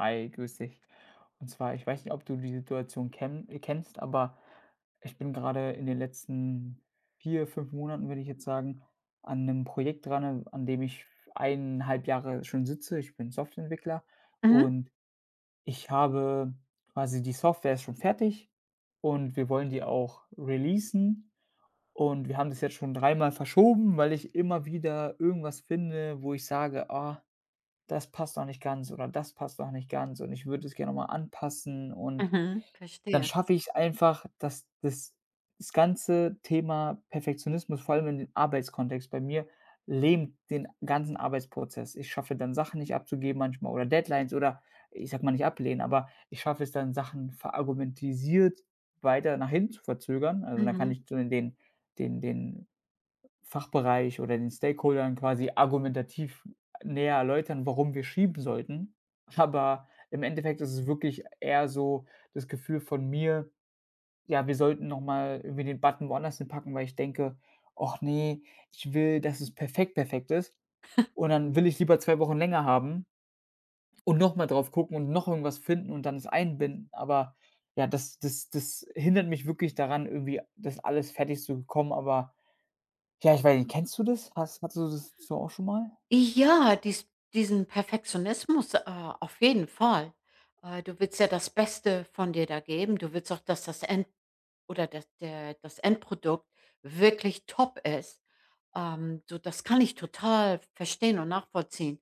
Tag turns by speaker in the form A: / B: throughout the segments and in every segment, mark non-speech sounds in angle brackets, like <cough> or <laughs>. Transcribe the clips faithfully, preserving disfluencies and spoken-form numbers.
A: Hi, grüß dich. Und zwar, ich weiß nicht, ob du die Situation kenn kennst, aber ich bin gerade in den letzten vier fünf Monaten, würde ich jetzt sagen, an einem Projekt dran, an dem ich 1,5 Jahre schon sitze. Ich bin Softwareentwickler
B: Mhm,
A: und ich habe quasi die Software ist schon fertig und wir wollen die auch releasen und wir haben das jetzt schon dreimal verschoben, weil ich immer wieder irgendwas finde, wo ich sage: „Ah, das passt noch nicht ganz“ oder „das passt noch nicht ganz und ich würde es gerne noch mal anpassen“. Und
B: mhm,
A: dann
B: verstehe.
A: schaffe ich's einfach, dass das, das ganze Thema Perfektionismus, vor allem in den Arbeitskontext bei mir, lähmt den ganzen Arbeitsprozess. Ich schaffe dann Sachen nicht abzugeben manchmal oder Deadlines, oder ich sag mal nicht ablehnen, aber ich schaffe es dann, Sachen verargumentisiert weiter nach hinten zu verzögern. Also, dann kann
B: Mhm.
A: ich so den den den Fachbereich oder den Stakeholdern quasi argumentativ näher erläutern, warum wir schieben sollten. Aber im Endeffekt ist es wirklich eher so das Gefühl von mir: „Ja, wir sollten noch mal irgendwie den Button woanders hinpacken“, weil ich denke: „Ach nee, ich will, dass es perfekt, perfekt ist.“ Und dann will ich lieber zwei Wochen länger haben und noch mal drauf gucken und noch irgendwas finden und dann es einbinden. Aber ja, das das das hindert mich wirklich daran, irgendwie das alles fertig zu bekommen, aber ja, ich weiß nicht, kennst du das? Hast hattest du das so auch schon mal?
B: Ja, dies diesen Perfektionismus, äh, auf jeden Fall. Äh, du willst ja das Beste von dir da geben. Du willst auch, dass das End oder dass der das Endprodukt wirklich top ist. Ähm, so, das kann ich total verstehen und nachvollziehen.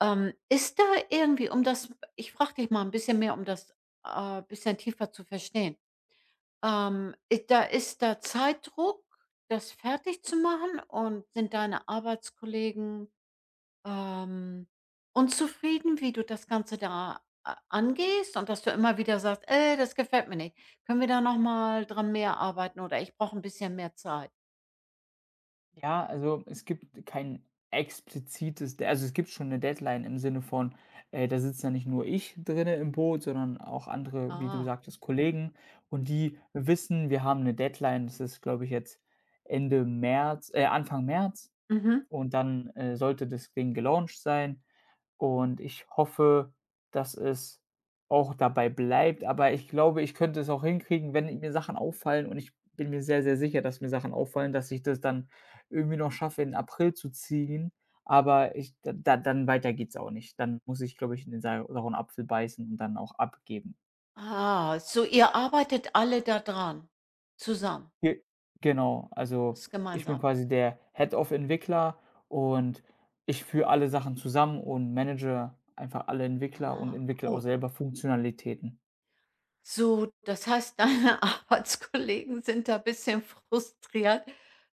B: Ähm, ist da irgendwie, um das ich frage dich mal ein bisschen mehr, um das, äh, bisschen tiefer zu verstehen. Ähm, i Da ist da Zeitdruck, das fertig zu machen, und sind deine Arbeitskollegen, ähm, unzufrieden, wie du das Ganze da a angehst und dass du immer wieder sagst: „Ey, das gefällt mir nicht. Können wir da noch mal dran mehr arbeiten oder ich brauche ein bisschen mehr Zeit?“
A: Ja, also, es gibt kein explizites De also, es gibt schon eine Deadline im Sinne von, äh, da sitzt ja nicht nur ich drinne im Boot, sondern auch andere, wie du
B: Ah,
A: sagtest, Kollegen, und die wissen, wir haben eine Deadline. Das ist, glaube ich, jetzt Ende März äh, Anfang März,
B: mhm.
A: und dann äh, sollte das Ding gelauncht sein. Und ich hoffe, dass es auch dabei bleibt, aber ich glaube, ich könnte es auch hinkriegen, wenn mir Sachen auffallen, und ich bin mir sehr, sehr sicher, dass mir Sachen auffallen, dass ich das dann irgendwie noch schaffe, in April zu ziehen, aber ich da da dann weiter geht's auch nicht. Dann muss ich, glaube ich, in den sau sauren Apfel beißen und dann auch abgeben.
B: Ah, so ihr arbeitet alle da dran zusammen,
A: Ge genau, also,
B: ist
A: ich bin
B: gemeinsam.
A: quasi der Head of Entwickler, und ich führe alle Sachen zusammen und manage einfach alle Entwickler und
B: Ah,
A: entwickle auch
B: cool.
A: selber Funktionalitäten.
B: So, das heißt, deine <laughs> Arbeitskollegen sind da ein bisschen frustriert,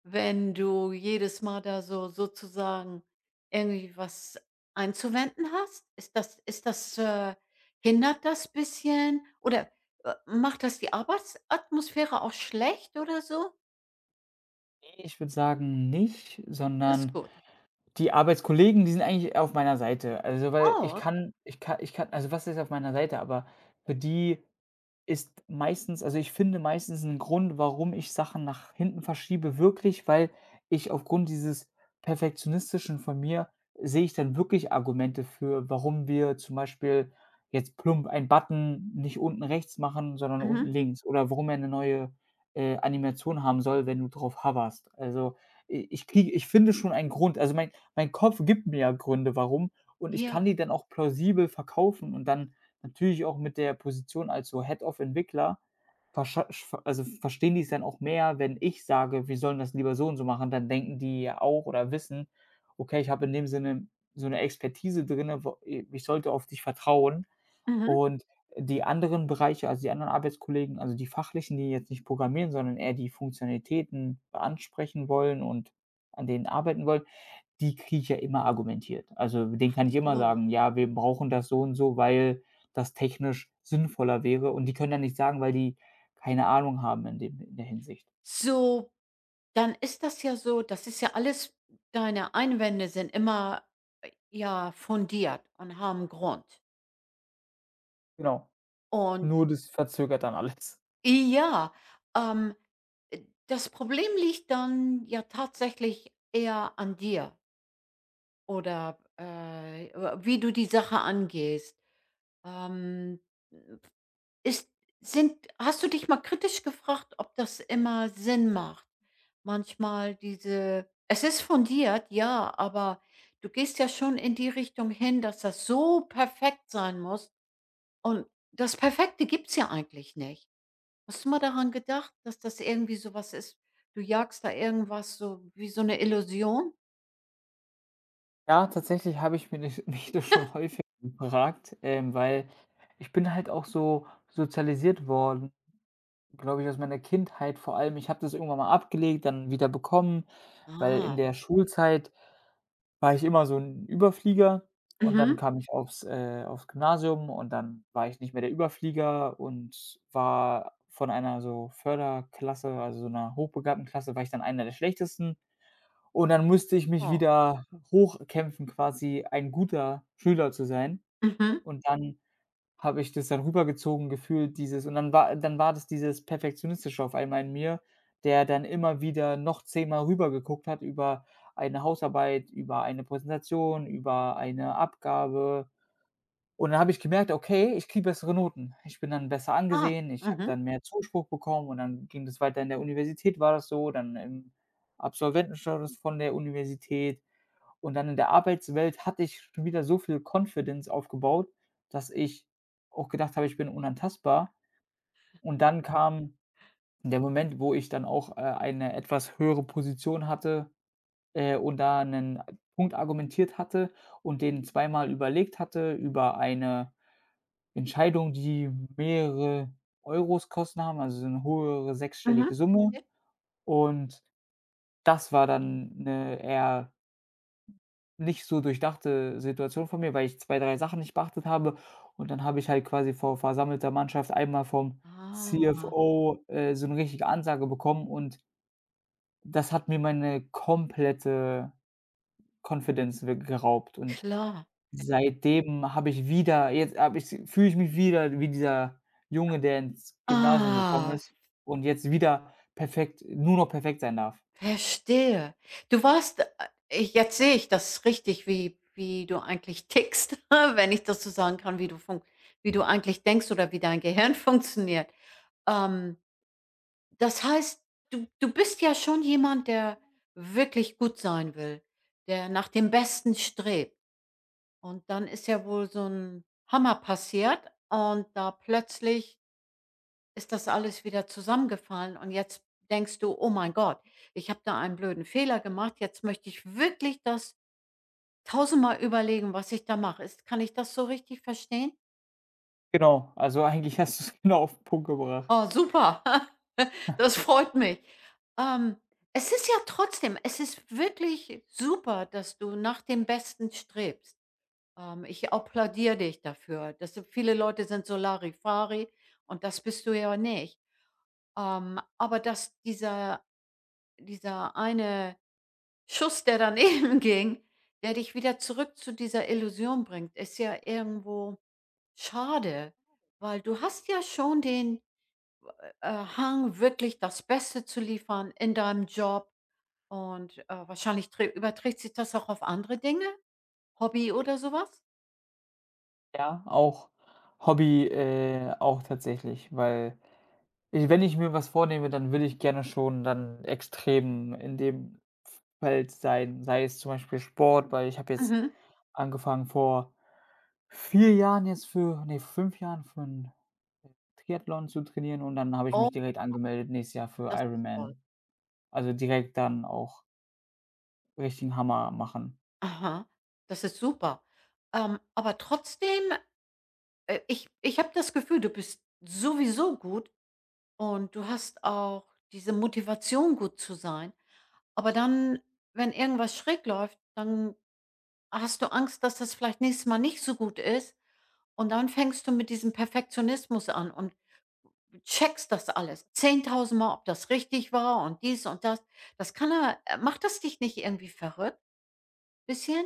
B: wenn du jedes Mal da so sozusagen irgendwie was einzuwenden hast? Ist das ist das, äh hindert das bisschen oder, äh, macht das die Arbeitsatmosphäre auch schlecht oder so?
A: Ich würde sagen nicht,
B: Das ist
A: sondern
B: gut.
A: die Arbeitskollegen, die sind eigentlich auf meiner Seite. Also, weil ich
B: Oh, okay.
A: kann ich kann ich kann also, was heißt auf meiner Seite, aber für die ist meistens, also, ich finde meistens 'n Grund, warum ich Sachen nach hinten verschiebe, wirklich, weil ich aufgrund dieses Perfektionistischen von mir sehe ich dann wirklich Argumente für, warum wir zum Beispiel jetzt plump einen Button nicht unten rechts machen, sondern unten
B: Mhm.
A: links, oder warum er eine neue, äh, Animation haben soll, wenn du drauf hoverst. Also, i ich kriege ich finde schon einen Grund. Also, mein mein Kopf gibt mir ja Gründe, warum, und ich
B: Ja.
A: kann die dann auch plausibel verkaufen, und dann natürlich auch mit der Position als so Head of Entwickler verscha sch also verstehen die es dann auch mehr, wenn ich sage: „Wir sollen das lieber so und so machen“, dann denken die ja auch oder wissen: „Okay, ich habe in dem Sinne so eine Expertise drinne, ich sollte auf dich vertrauen.“
B: Mhm.
A: Und die anderen Bereiche, also die anderen Arbeitskollegen, also die Fachlichen, die jetzt nicht programmieren, sondern eher die Funktionalitäten ansprechen wollen und an denen arbeiten wollen, die kriege ich ja immer argumentiert. Also, denen
B: Ach
A: kann ich immer
B: so.
A: sagen: „Ja, wir brauchen das so und so, weil das technisch sinnvoller wäre.“ Und die können dann nicht sagen, weil die keine Ahnung haben in dem, in der Hinsicht.
B: So, dann ist das ja so das ist ja alles deine Einwände sind immer, äh, ja, fundiert und haben Grund.
A: Genau.
B: Und
A: Nur das verzögert dann alles.
B: ja, ähm, äh, das Problem liegt dann ja tatsächlich eher an dir oder, äh, äh, wie du die Sache angehst. Ähm Ist sind hast du dich mal kritisch gefragt, ob das immer Sinn macht? Manchmal diese es ist fundiert, ja, aber du gehst ja schon in die Richtung hin, dass das so perfekt sein muss und das Perfekte gibt's ja eigentlich nicht. Hast du mal daran gedacht, dass das irgendwie so was ist? Du jagst da irgendwas so wie so eine Illusion?
A: Ja, tatsächlich habe ich mir das <laughs> mich das schon häufig gefragt, ähm, weil ich bin halt auch so sozialisiert worden, glaube ich, aus meiner Kindheit vor allem. Ich habe das irgendwann mal abgelegt, dann wieder bekommen, weil in
B: Ah,
A: der Schulzeit war ich immer so ein Überflieger, und dann
B: mhm,
A: kam ich aufs äh, aufs Gymnasium, und dann war ich nicht mehr der Überflieger und war von einer so Förderklasse, also so einer hochbegabten Klasse, war ich dann einer der Schlechtesten. Und dann musste ich mich
B: oh,
A: wieder hochkämpfen, quasi ein guter Schüler zu sein.
B: mhm,
A: Und dann habe ich das dann rübergezogen gefühlt, dieses, und dann war dann war das dieses Perfektionistische auf einmal in mir, der dann immer wieder noch zehnmal rübergeguckt hat über eine Hausarbeit, über eine Präsentation, über eine Abgabe. Und dann habe ich gemerkt: „Okay, ich kriege bessere Noten.“ Ich bin dann besser
B: ah,
A: angesehen, ich habe
B: mhm,
A: dann mehr Zuspruch bekommen, und dann ging das weiter in der Universität, war das so, dann im Absolventenstatus von der Universität. Und dann in der Arbeitswelt hatte ich schon wieder so viel Confidence aufgebaut, dass ich auch gedacht habe, ich bin unantastbar. Und dann kam der Moment, wo ich dann auch, äh, eine etwas höhere Position hatte, äh, und da einen Punkt argumentiert hatte und den zweimal überlegt hatte über eine Entscheidung, die mehrere Euros kosten haben, also so eine höhere sechsstellige
B: mhm.
A: Summe.
B: Verstehe.
A: Und das war dann eine eher nicht so durchdachte Situation von mir, weil ich zwei drei Sachen nicht beachtet habe, und dann habe ich halt quasi vor versammelter Mannschaft einmal vom
B: Ah,
A: C F O, äh, so eine richtige Ansage bekommen, und das hat mir meine komplette Confidence we geraubt, und
B: klar.
A: seitdem habe ich wieder jetzt habe ich fühle ich mich wieder wie dieser Junge, der ins Gymnasium gekommen
B: Ah.
A: ist und jetzt wieder perfekt, nur noch perfekt sein darf.
B: Verstehe. Du warst äh, ich jetzt sehe ich das richtig, wie wie du eigentlich tickst, <laughs> wenn ich das so sagen kann, wie du fun wie du eigentlich denkst oder wie dein Gehirn <laughs> funktioniert. Ähm, Das heißt, du du bist ja schon jemand, der wirklich gut sein will, der nach dem Besten strebt. Und dann ist ja wohl so ein Hammer passiert und da plötzlich ist das alles wieder zusammengefallen und jetzt denkst du: „Oh mein Gott, ich habe da einen blöden Fehler gemacht. Jetzt möchte ich wirklich das tausendmal überlegen, was ich da mache. Ist kann ich das so richtig verstehen?“
A: Genau, also eigentlich hast du es <laughs> genau auf den Punkt gebracht.
B: Oh, super. <laughs> Das freut mich. Ähm, Es ist ja trotzdem es ist wirklich super, dass du nach dem Besten strebst. Ähm, ich applaudiere dich dafür. Das sind viele Leute sind so Larifari und das bist du ja nicht. Ähm, aber dass dieser dieser eine Schuss, der daneben <laughs> ging, der dich wieder zurück zu dieser Illusion bringt, ist ja irgendwo schade, weil du hast ja schon den, äh, Hang, wirklich das Beste zu liefern in deinem Job und, äh, wahrscheinlich trä überträgt sich das auch auf andere Dinge, Hobby oder sowas.
A: Ja, auch Hobby, äh, auch tatsächlich, weil ich, wenn ich mir was vornehme, dann will ich gerne schon dann extrem in dem Feld sein, sei es zum Beispiel Sport, weil ich habe jetzt
B: Mhm.
A: angefangen vor vier Jahren, jetzt für ne, fünf Jahren für 'n Triathlon zu trainieren, und dann habe ich
B: Oh,
A: mich direkt angemeldet nächstes Jahr für
B: das ist toll.
A: Ironman. Also, direkt dann auch richtigen Hammer machen.
B: Aha, das ist super. Ähm, aber trotzdem, äh, ich ich habe das Gefühl, du bist sowieso gut. Und du hast auch diese Motivation, gut zu sein. Aber dann, wenn irgendwas schräg läuft, dann hast du Angst, dass das vielleicht nächstes Mal nicht so gut ist. Und dann fängst du mit diesem Perfektionismus an und checkst das alles zehntausend Mal, ob das richtig war und dies und das. Das kann er. Äh, macht das dich nicht irgendwie verrückt? Bisschen?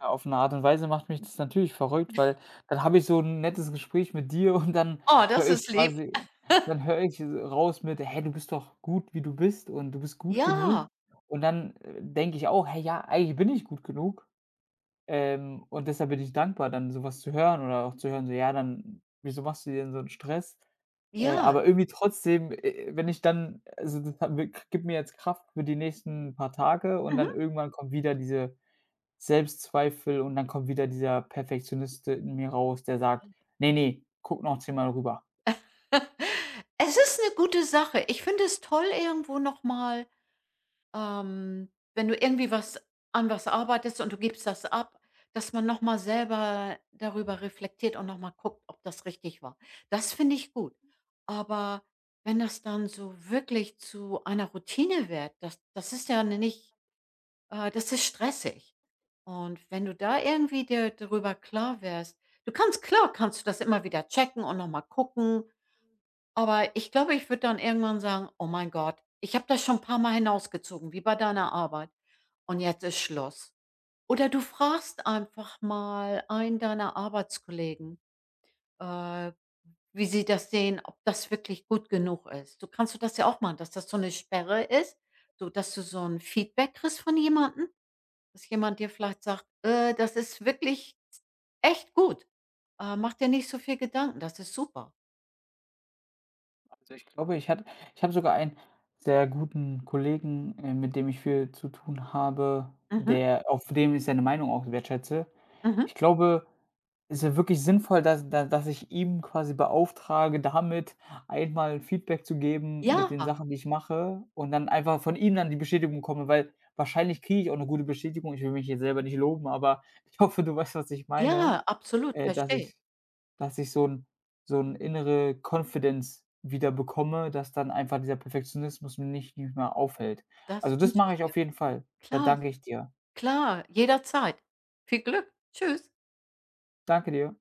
A: Ja, auf 'ne Art und Weise macht mich das natürlich verrückt, weil dann habe ich so 'n nettes Gespräch mit dir <laughs> und dann
B: Oh,
A: höre
B: das ist
A: ich
B: lieb.
A: quasi dann höre ich raus mit: „Hey, du bist doch gut, wie du bist, und du bist gut genug.“
B: Ja,
A: Und dann, äh, denke ich auch: „Hey, ja, eigentlich bin ich gut genug, ähm, und deshalb bin ich dankbar, dann so was zu hören, oder auch zu hören, so: „Ja, dann wieso machst du dir denn so 'n Stress?“ Äh,
B: ja.
A: aber irgendwie trotzdem, äh, wenn ich dann, also, das hat mir gibt mir jetzt Kraft für die nächsten paar Tage, und
B: Mhm.
A: dann irgendwann kommt wieder diese Selbstzweifel, und dann kommt wieder dieser Perfektionist in mir raus, der sagt: „Ne, ne, guck noch zehnmal rüber.“
B: <laughs> Es ist eine gute Sache. Ich finde es toll, irgendwo nochmal. Ähm, wenn du irgendwie was an was arbeitest und du gibst das ab, dass man noch mal selber darüber reflektiert und noch mal guckt, ob das richtig war. Das finde ich gut. Aber wenn das dann so wirklich zu einer Routine wird, das das ist ja nicht äh, das ist stressig. Und wenn du da irgendwie dir darüber klar wärst, du kannst klar kannst du das immer wieder checken und noch mal gucken, aber ich glaube, ich würde dann irgendwann sagen: „Oh mein Gott, ich habe das schon ein paar mal hinausgezogen“, wie bei deiner Arbeit. Und jetzt ist Schluss. Oder du fragst einfach mal einen deiner Arbeitskollegen, äh, wie sie das sehen, ob das wirklich gut genug ist. Du kannst du das ja auch machen, dass das so eine Sperre ist, so dass du so ein Feedback kriegst von jemandem, dass jemand dir vielleicht sagt: „Äh, das ist wirklich echt gut. Äh, mach dir nicht so viel Gedanken, das ist super.“
A: Ich glaube, ich hatte Ich habe sogar einen sehr guten Kollegen, äh, mit dem ich viel zu tun habe,
B: Mhm,
A: der, auf dem ich seine Meinung auch wertschätze.
B: mhm.
A: Ich glaube, es ist wirklich sinnvoll, dass da dass ich ihm quasi beauftrage, damit einmal Feedback zu geben
B: Ja,
A: mit den Sachen, die ich mache, und dann einfach von ihm dann die Bestätigung bekomme, weil wahrscheinlich kriege ich auch eine gute Bestätigung. Ich will mich jetzt selber nicht loben, aber <laughs> ich hoffe, du weißt, was ich meine,
B: ja, absolut,
A: äh, dass
B: verstehe.
A: ich, dass ich so 'n, so 'n innere Confidence wieder bekomme, dass dann einfach dieser Perfektionismus mir nicht nicht mehr aufhält.
B: Das
A: Also, das
B: wünsche
A: mache
B: ich
A: ich
B: dir.
A: auf jeden Fall. Da
B: Klar,
A: danke ich dir.
B: klar, jederzeit. Viel Glück. Tschüss.
A: Danke dir.